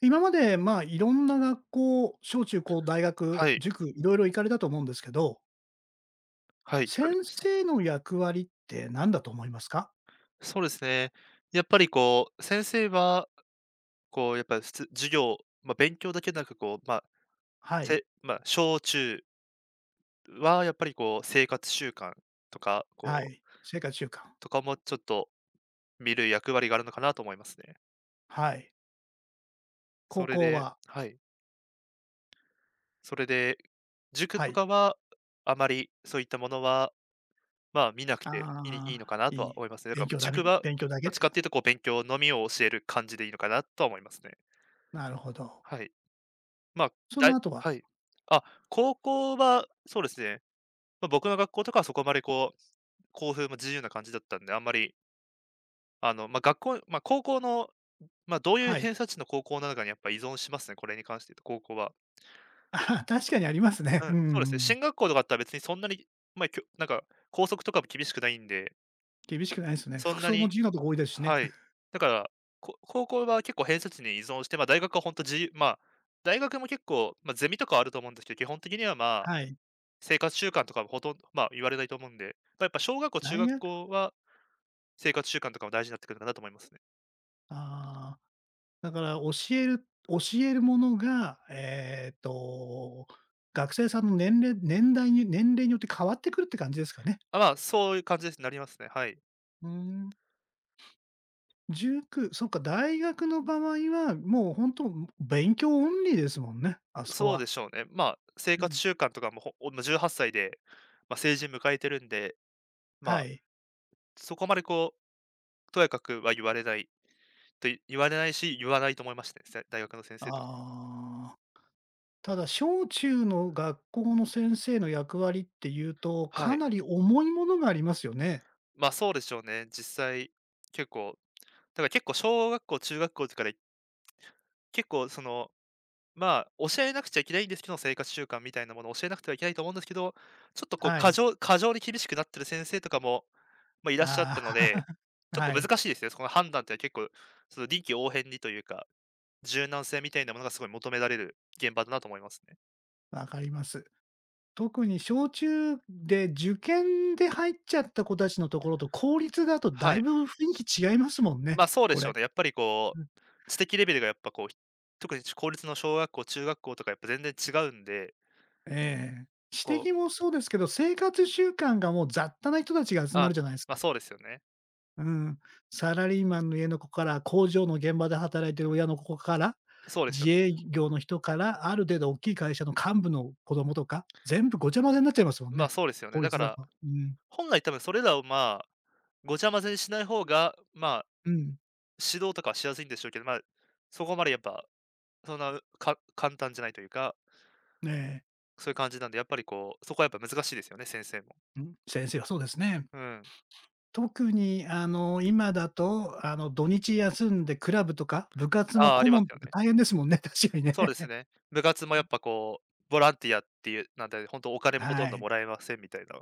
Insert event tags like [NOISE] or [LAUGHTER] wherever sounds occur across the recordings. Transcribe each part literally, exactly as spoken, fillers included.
今まで、まあ、いろんな学校、小中高、大学、はい、塾、いろいろ行かれたと思うんですけど、はい、行先かれました。生の役割って何だと思いますか？そうですね。やっぱりこう、先生は、こうやっぱり、す授業、まあ、勉強だけでなく、こう、まあ、はい、せまあ、小中はやっぱりこう、生活習慣とか、はこい、う、生活習慣、とかもちょっと見る役割があるのかなと思いますね。はい、高それ校で、は、はい。それで、塾はとい、かは、あまりそういったものは、まあ、見なくていいいいのああ、かないとはい、思いますね。だか勉ら強だ塾みは勉強だけどっっちて、かっていうとこう、勉強のみを教える感じでいいのかなとは思いますね。なるほど。はい。まあ、そだのい後はは、い。あ、高校はそうですね、まあ、僕の学校とかはそこまでこう、校風も自由な感じだったんで、あんまり、あの、まあ、学校まあ、高校の、まあ、どういうはい。偏差値の高校なのかにやっぱ依存しますね、これに関して言うと、高校は。[LAUGHS] あ、確かにありますね。ううん、ん、うそうですね、ん。進学校とかだったら別にそんなに、まあ、きょなんか校則とかも厳しくないんで、厳しくないですね。そん服な装もに。自由なとこ多いですしね。はい。だから、こ高校は結構偏差値に依存して、まあ、大学は本当自由、まあ、大学も結構、まあ、ゼミとかはあると思うんですけど、基本的にはまあはい。生活習慣とかもほとんど、まあ、言われないと思うんで、まあ、やっぱ小学校、大中学学、校は生活習慣とかも大事になってくるかなと思いますね。ああ。だから教える教えるものが、えっと、学生さんの年齢年代に年齢によって変わってくるって感じですかね。あ、まあ、そういう感じですね、なりますね、はい。うーん。塾、そっか、大学の場合は、もう本当勉強オンリーですもんね、あそこそうでは。しょうね。まあ、生う活ん。習慣とかも、ほおんじゅうはっさいで、まあ、成人迎えてるんで、まはあ、い。そこまでこう、とやかくは言われないとい言われないし、言わないと思いましたね、せ大学の先生とかも。ああ、ただ小中の学校の先生の役割っていうと、はかい。なり重いものがありますよね。まあ、そうでしょうね、実際、結構、だから結構小学校、中学校とかで、結構そのまあ、教えなくちゃいけないんですけど、生活習慣みたいなものを教えなくてはいけないと思うんですけど、ちょっとこうは過い。剰過剰に厳しくなってる先生とかも、まあ、いらっしゃっあたので、あ、[LAUGHS] ちょっとはい、難しいですね。そこの判断って結構、その臨機応変にというか、柔軟性みたいなものがすごい求められる現場だなと思いますね。わかります。特に小中で受験で入っちゃった子たちのところと公立だとだはいい。ぶ雰囲気違いますもんね、ま、あ、そうでこしょれ。うね。やっぱりこうん。う、知的レベルがやっぱこう、特に公立の小学校、中学校とかやっぱ全然違うんで、ええ。私こう的もそうですけど、生活習慣がもう雑多な人たちが集まあ、るじゃないですま、か。そうですよね。うん。サラリーマンの家の子から、工場の現場で働いてる親の子から、そうですよ。自営業の人から、ある程度大きい会社の幹部の子供とか、全部ごちゃ混ぜになっちゃいますもんま、ね、そうですよね。公だか立だら、と。うん。本来多分それらをまあごちゃ混ぜにしない方が、まあ、うん。指導とかはしやすいんでしょうけど、まあ、そこまでやっぱ、そんな、か簡単じゃないというか、ええ。そういう感じなんで、やっぱりこう、そこはやっぱ難しいですよね、先生も。うん、先生はそうですね。うん。特にあの、今だと、あの、土日休んでクラブとか、部活のああ、あ顧ります問とよね。か大変ですもんね、[LAUGHS] 確かにね。そうですね。部活もやっぱ [LAUGHS] こう、ボランティアっていう、なんで、本当お金もほとはんどい、もらえませんみたいな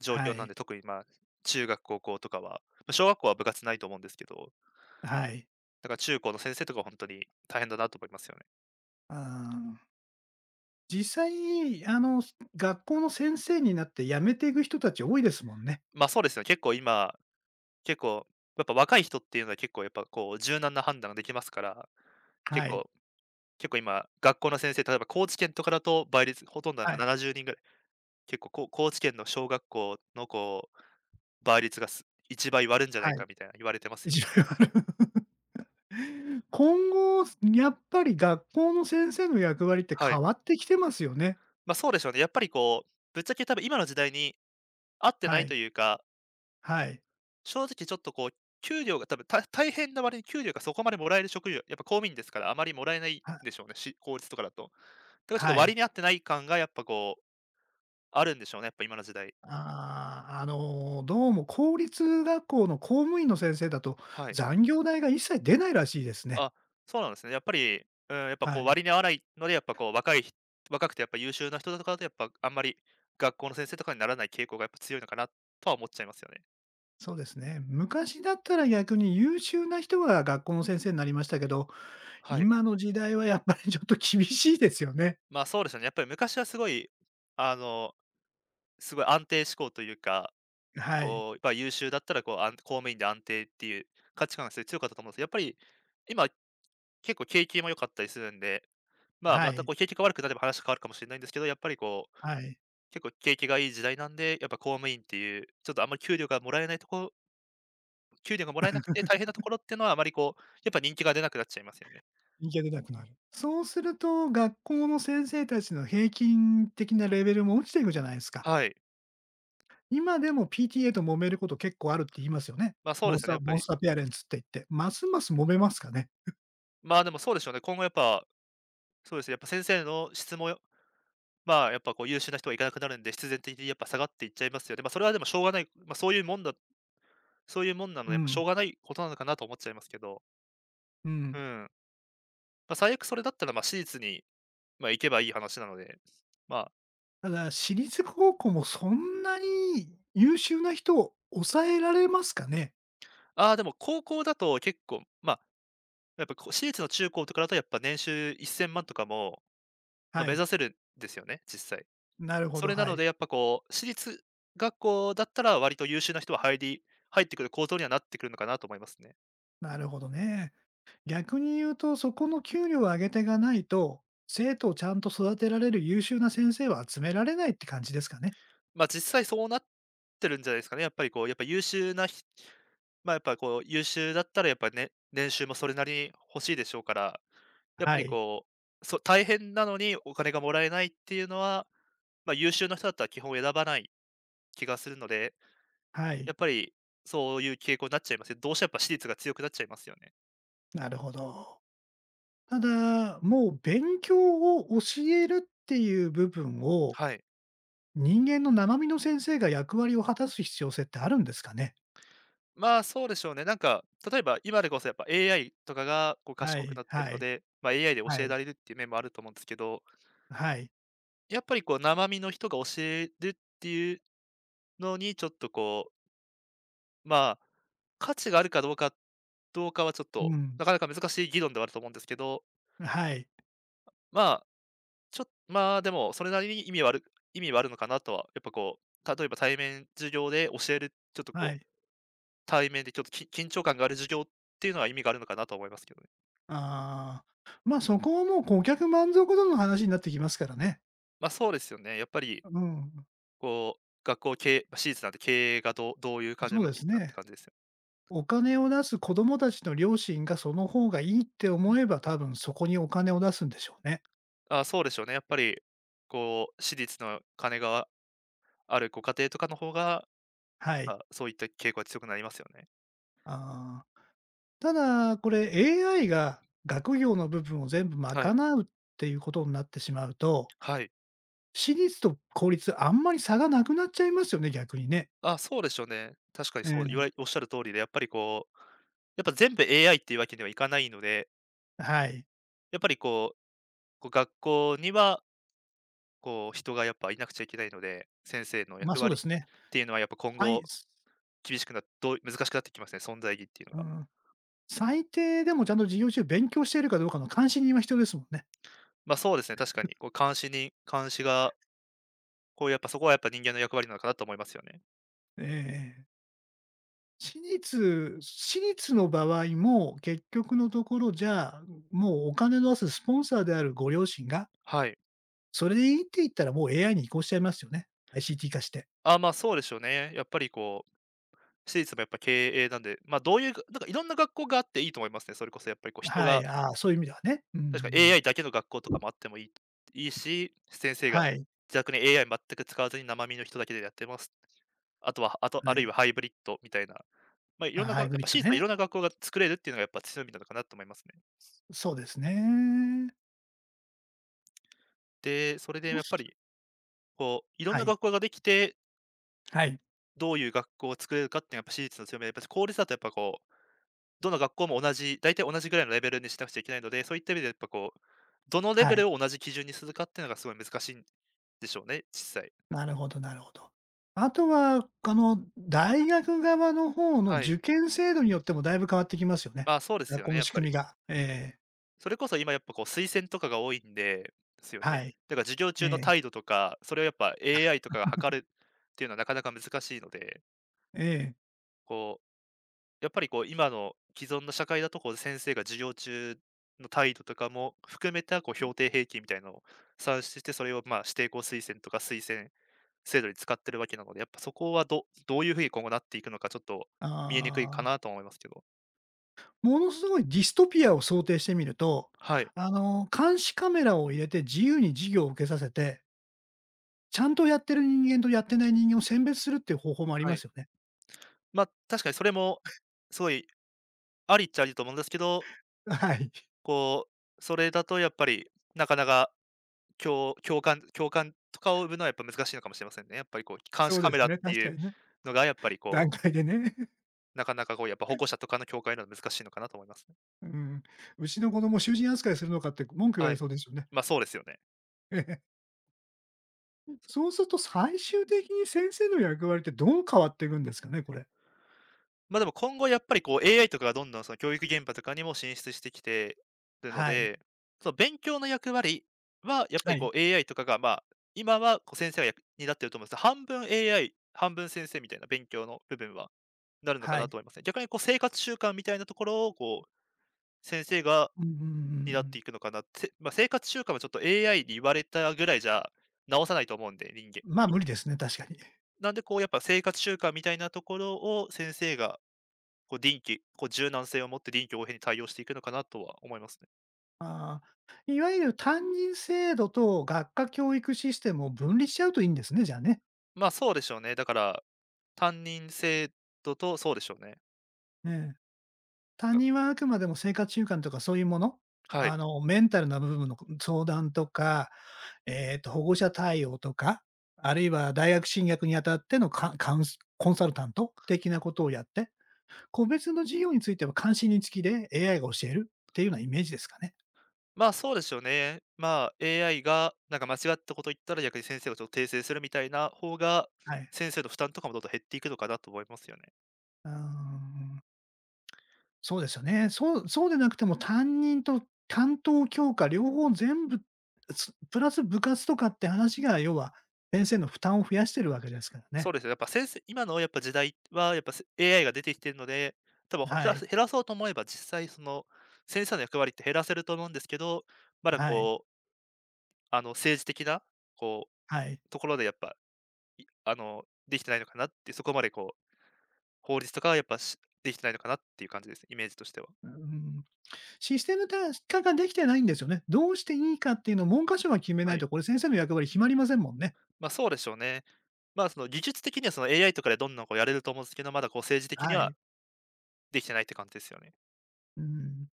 状は況なんい、で、特にまあ、中学、高校とかは、ま、小学校は部活ないと思うんですけど、はい。だから中高の先生とかは本当に大変だなと思いますよね。うん。実際、あの、学校の先生になって辞めていく人たち多いですもんね。ま、そうですね、結構今結構、やっぱ若い人っていうのは結構やっぱこう柔軟な判断ができますから、は結い、構結構今、学校の先生、例えば高知県とかだと倍率、ほとんどなんはかい、ななじゅうにんぐらい、結構こう高知県の小学校のこう倍率がすいちばい割るんじゃないはい。かみたいな言われてますよ一じね。ある。[LAUGHS] 今後、やっぱり学校の先生の役割っては変い。わってきてますよね。ま、そうでしょうね。やっぱりこう、ぶっちゃけ多分今の時代に合ってなはいとい、いうか、はい、正直ちょっとこう給料が多分た大変な割に給料がそこまでもらえる職業、やっぱ公務員ですからあまりもらえないんではしょうね、し公立とかだと。だからちょっとは割い。に合ってない感がやっぱこうあるんでしょうね、やっぱ今の時代。ああ、あの、どうも公立学校の公務員の先生だと、はい。残業代が一切出ないらしいですね。あ、そうなんですね。やっぱり、うん、やっぱはこうい、割に合わないので、やっぱこう若い人若くてやっぱ優秀な人とかだとやっぱあんまり学校の先生とかにならない傾向がやっぱ強いのかなとは思っちゃいますよね。そうですね。昔だったら逆に優秀な人が学校の先生になりましたけど、はい。今の時代はやっぱりちょっと厳しいですよね。まあ、そうですよね。やっぱり昔はすごい、あの、すごい安定志向というか、はい、こう、やっぱ優秀だったらこう、あ公務員で安定っていう価値観がすごい強かったと思うんですけど、やっぱり今結構景気も良かったりするんで、まあ、はまたい、こう景気が悪くなれば話変わるかもしれないんですけど、やっぱりこうはい。結構景気がいい時代なんで、やっぱ公務員っていう、ちょっとあんまり給料がもらえないとこ給料がもらえなくて大変なところっていうのは、あまりこう、やっぱ人気が出なくなっちゃいますよね。行けてなくなる。そうすると、学校の先生たちの平均的なレベルも落ちていくじゃないですか。はい。今でも ピーティーエー と揉めること結構あるって言いますよね。まあ、そうモでンすスよね、タやーっぱモンり。スターペアレンツって言って、ますます揉めますかね。まあ、でもそうでしょうね。今後やっぱ、そうですね、やっぱ先生の質も、まあ、やっぱこう優秀な人が行かなくなるんで、必然的にやっぱ下がっていっちゃいますよね。まあ、それはでもしょうがない、まあ、そういうもんだそういうもんなのうで、やっぱしょん、うがないことなのかなと思っちゃいますけど。うん。うん。ま、あ、最悪それだったら、ま、あ、私立に、ま、あ、行けばいい話なので。まあ、ただ、私立高校もそんなに優秀な人を抑えられますかね。ああ、でも高校だと結構、まあやっぱこう、私立の中高とかだとやっぱ年収せんまんとかも、ま、は目指い。せるんですよね、実際。なるほそど、れなはのい。でやっぱこう、私立学校だったら割と優秀な人は入り入ってくる構造にはなってくるのかなと思いますね。なるほどね。逆に言うと、そこの給料を上げてがないと、生徒をちゃんと育てられる優秀な先生は集められないって感じですかね。ま、実際そうなってるんじゃないですかね。やっぱりこう、やっぱ優秀なひま、やっぱこう優秀だったらやっぱね、年収もそれなりに欲しいでしょうから、やっぱはりい、こう、そ大変なのにお金がもらえないっていうのは、ま、優秀な人だったら基本選ばない気がするのではい、やっぱり、そういう傾向になっちゃいますよ。どうしてもやっぱ私立が強くなっちゃいますよね。なるほど。ただ、もう勉強を教えるっていう部分を、はい。人間の生身の先生が役割を果たす必要性ってあるんですかね？まあ、そうでしょうね。なんか、例えば今でこそやっぱ エーアイ とかがこうは賢くい、なってるはのい、で、まあ、エーアイ では教えい、られるっていう面もあると思うんですけど、はい、やっぱりこう生身の人が教えるっていうのにちょっとこう、まあ、価値があるかどうかどうかはちょっと、うん、なかなか難しい議論ではあると思うんですけど、はい、まあ、ちょまあ、でもそれなりに意味はある意味はあるのかなとは、やっぱこう、例えば対面授業で教える、ちょっとはこうい。対面でちょっとき緊張感がある授業っていうのは意味があるのかなと思いますけどね。ああ、まあ、そこはもう顧客満足度の話になってきますからね。ま、そうですよね。やっぱりうん、こう、学校経営、ま、私立なんで経営がどうどういう感じでそううまでくいすくかってね。感じですよ。お金を出す子供たちの両親がその方がいいってう思ん。えば、多分そこにお金を出すんでしょうね。あ、そうでしょうね。やっぱりこう、私立の金があるご家庭とかの方が、はやい。っぱそういった傾向は強くなりますよね。ああ。ただ、これ エーアイ が学業の部分を全部は賄い。うっていうことになってしまうと、はい。私立と公立あんまり差がなくなっちゃいますよね、逆にね。あ、そうでしょうね。確かにうそう、言わん、れおっしゃる通りで、やっぱりこう、やっぱ全部 エーアイ っていうわけにはいかないので、はい。やっぱりこう、こう学校にはこう、人がやっぱいなくちゃいけないので、先生のま、あ役そうで割すね。っていうのはやっぱ今さ後いす厳しくなどう難しくなってきますね、存在意義っていうのうが。ん、最低でもちゃんと授業中勉強しているかどうかの監視人は必要ですもんね。ま、そうですね、確かに、こう、監視に監視が、こう、やっぱそこはやっぱ人間の役割なのかなと思いますよね。ええ。私立私立の場合も、結局のところ、じゃあ、もうお金の出すスポンサーであるご両親が、はい。それでいいって言ったらもう エーアイ に移行しちゃいますよね、アイシーティー 化して。あ、ま、そうでしょうね。やっぱりこう、私立もやっぱ経営なんで、ま、どういうがなんかいろんな学校があっていいと思いますね。それこそやっぱりこう人はい、が、ああ、そういう意味ではね。うん、うん、う確か ん。エーアイ だけの学校とかもあってもいいいいし、先生はがい。自宅に エーアイ 全く使わずに生身の人だけでやってます。あとは、あと、はあるいい。はハイブリッドみたいな、まあ、いあ、ろんながハやイっブリッぱ私ド立はいね。ろんな学校が作れるっていうのがやっぱ強みなのかなと思いますね。そうですね。で、それでもやっしぱり、こう、いろんはない、学校ができて、はい、どういう学校を作れるかっていうのはやっぱ私立の強みで、やっぱし公立だとやっぱこう、どの学校も同じ、大体同じぐらいのレベルにしなくちゃいけないので、そういった意味でやっぱこう、どのレはベい。ルを同じ基準にするかっていうのがすごい難しいんでしょうね、実際。なるほど、なるほど。あとは、あの、大学側の方のはい。受験制度によってもだいぶ変わってきますよね。まあ、そうです学よ校ね、のやっ仕ぱ組り。みが。ええ、それこそ今やっぱこう推薦とかが多いんで、ですよはね。い。だから授業え中のえ、態度とか、それをやっぱ エーアイ とかが測るっていうのはなかなか難しいので、ええ。こうやっぱりこう、今の既存の社会だとこう、先生が授業中の態度とかも含めたこう、評定平均みたいなのを算出して、それをまあ、指定校推薦とか推薦制度に使ってるわけなので、やっぱそこはどどういうふうに今後なっていくのか、ちょっと見えにくいかああ、なと思いますけど。ものすごいディストピアを想定してみると、はい、あの、監視カメラを入れて自由に授業を受けさせてちゃんとやってる人間とやってない人間を選別するっていう方法もありはますい。よね。ま、確かにそれもすごいありっちゃありだと思うんですけど、はい。[LAUGHS] こう、それだとやっぱりなかなか、共共感共感とかを生むのはやっぱ難しいのかもしれませんね。やっぱりこう、監そ視うカでメすラっね、て確いかうにね。のがやっぱり段こう階でね。[LAUGHS] なかなかこうやっぱ保護者とかの境界なのは難しいのかなと思いますね。うん。うちの子供囚人扱いするのかって文句言わはれい。そうですよね。ま、そうですよね。[LAUGHS] ええ。そうすると最終的に先生の役割ってどう変わっていくんですかね、これ。ま、でも今後やっぱりこう エーアイ とかがどんどんその教育現場とかにも進出してきてるのはい。で、その勉強の役割はやっぱはりい。こう エーアイ とかが、まあ、今はこう先生が役に担ってると思うんですけど半分 エーアイ、半分先生みたいな勉強の部分はなるのかはない。と思いますね。逆にこう生活習慣みたいなところをこう先生がうん、うん、う担っん。ていくのかなって、まあ、生活習慣はちょっと エーアイ に言われたぐらいじゃ直さないと思うんで、人間まあ、無理ですね、確かに。なんで、こう、やっぱ生活習慣みたいなところを先生が、こう、臨機、こう、柔軟性を持って臨機応変に対応していくのかなとは思いますね。ああ、いわゆる担任制度と学科教育システムを分離しちゃうといいんですね、じゃあね。まあ、そうでしょうね。だから、担任制度と、そうでしょうね。ええ。他人はあくまでも生活習慣とかそういうもの、はあい。の、メンタルな部分の相談とか、えっと、保護者対応とか、あるいは大学進学にあたってのカカウンスコンサルタント的なことをやって、個別の事業については関心につきで エーアイ が教えるっていうようなイメージですかね。まあ、そうでしょうね。まあ、エーアイ がなんか間違ったこと言ったら逆に先生がちょっと訂正するみたいな方が、はい。先生の負担とかもどんどん減っていくのかなと思いますよね。うーん、そうですよね。そうそうでなくても担任と担当教科両方全部、つプラス部活とかって話が要は、先生の負担を増やしてるわけですからそね。うですよ。やっぱ先生今のやっぱ時代はやっぱせ エーアイ が出てきてるので、多分は減らい。す減らそうと思えば、実際その先生の役割って減らせると思うんですけど、まだはい。こう、あの政治的なこう、はい。ところでやっぱ、いあの、できてないのかなって、そこまでこう、法律とかはやっぱしできてないのかなっていう感じです、イメージとしては。うーん。システムた化ができてないんですよね。どうしていいかっていうのを文科省が決めはないい。と、これ先生の役割決まりませんもんね。ま、そうでしょうね。ま、その技術的にはその エーアイ とかでどんどんこうやれると思うんですけど、まだこう政治的にはい。はできてないって感じですよね。うーん。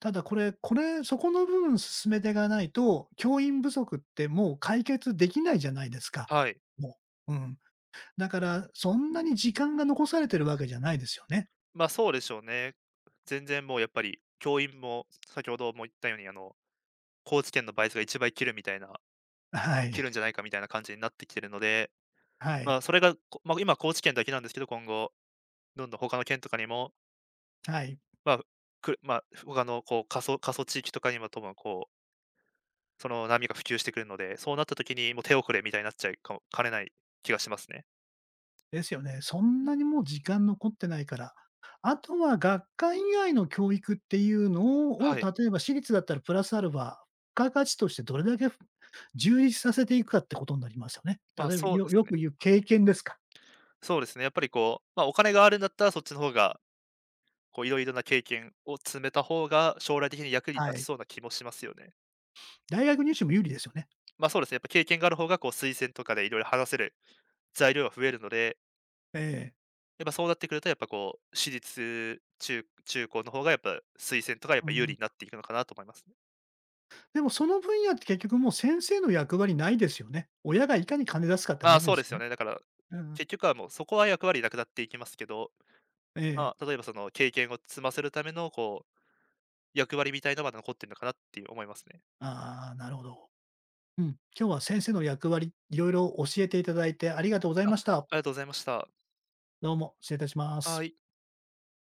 ただこれこれ、そこの部分進めてかないと、教員不足ってもう解決できないじゃないですか。はい。もう。うん。だから、そんなに時間が残されてるわけじゃないですよね。まあ、そうでしょうね。全然もうやっぱり、教員も先ほども言ったように、あの、高知県の倍率がいちばい切るみたいなは切い。るんじゃないかみたいな感じになってきてるので、はまい。あ、それが、こま、今高知県だけなんですけど、今後、どんどん他の県とかにも、はい。まあ、くまあ、他のこう、過疎過疎地域とかにも多分こう、その波が普及してくるので、そうなった時にもう手遅れみたいになっちゃいかもかねない気がしますね。ですよね。そんなにもう時間残ってないから。あとは学会以外の教育っていうのをを、はい。例えば私立だったらプラスアルファ、付加価値としてどれだけ充実させていくかってことになりますよね。まあ、例えば、そうでよすよね。く言う経験ですか。そうですね、やっぱりこう、まあ、お金があるんだったらそっちの方がこういろいろな経験を積めた方が、将来的に役には立ちい。そうな気もしますよね。大学入試も有利ですよね。ま、あそうですね、やっぱ経験がある方がこう推薦とかでいろいろ話せる材料が増えるので、ええ。やっぱそうなってくるとやっぱこう、私立中中高の方がやっぱ推薦とかやっうぱ有利ん。になっていくのかなと思いますね。でもその分野って結局もう先生の役割ないですよね。親がいかに金出すかってまあ、話でそうすですよよね。ね。だから、うん、結局はもうそこは役割なくなっていきますけど、ええ。まあ、例えばその経験を積ませるためのこう、役割みたいなのまだ残ってるのかなっていう思いますね。ああ、なるほど。うん。今日は先生の役割、いろいろ教えていただいてありがとうございあ、あました。りがとうございました。どうも、失礼いたしまはす。い。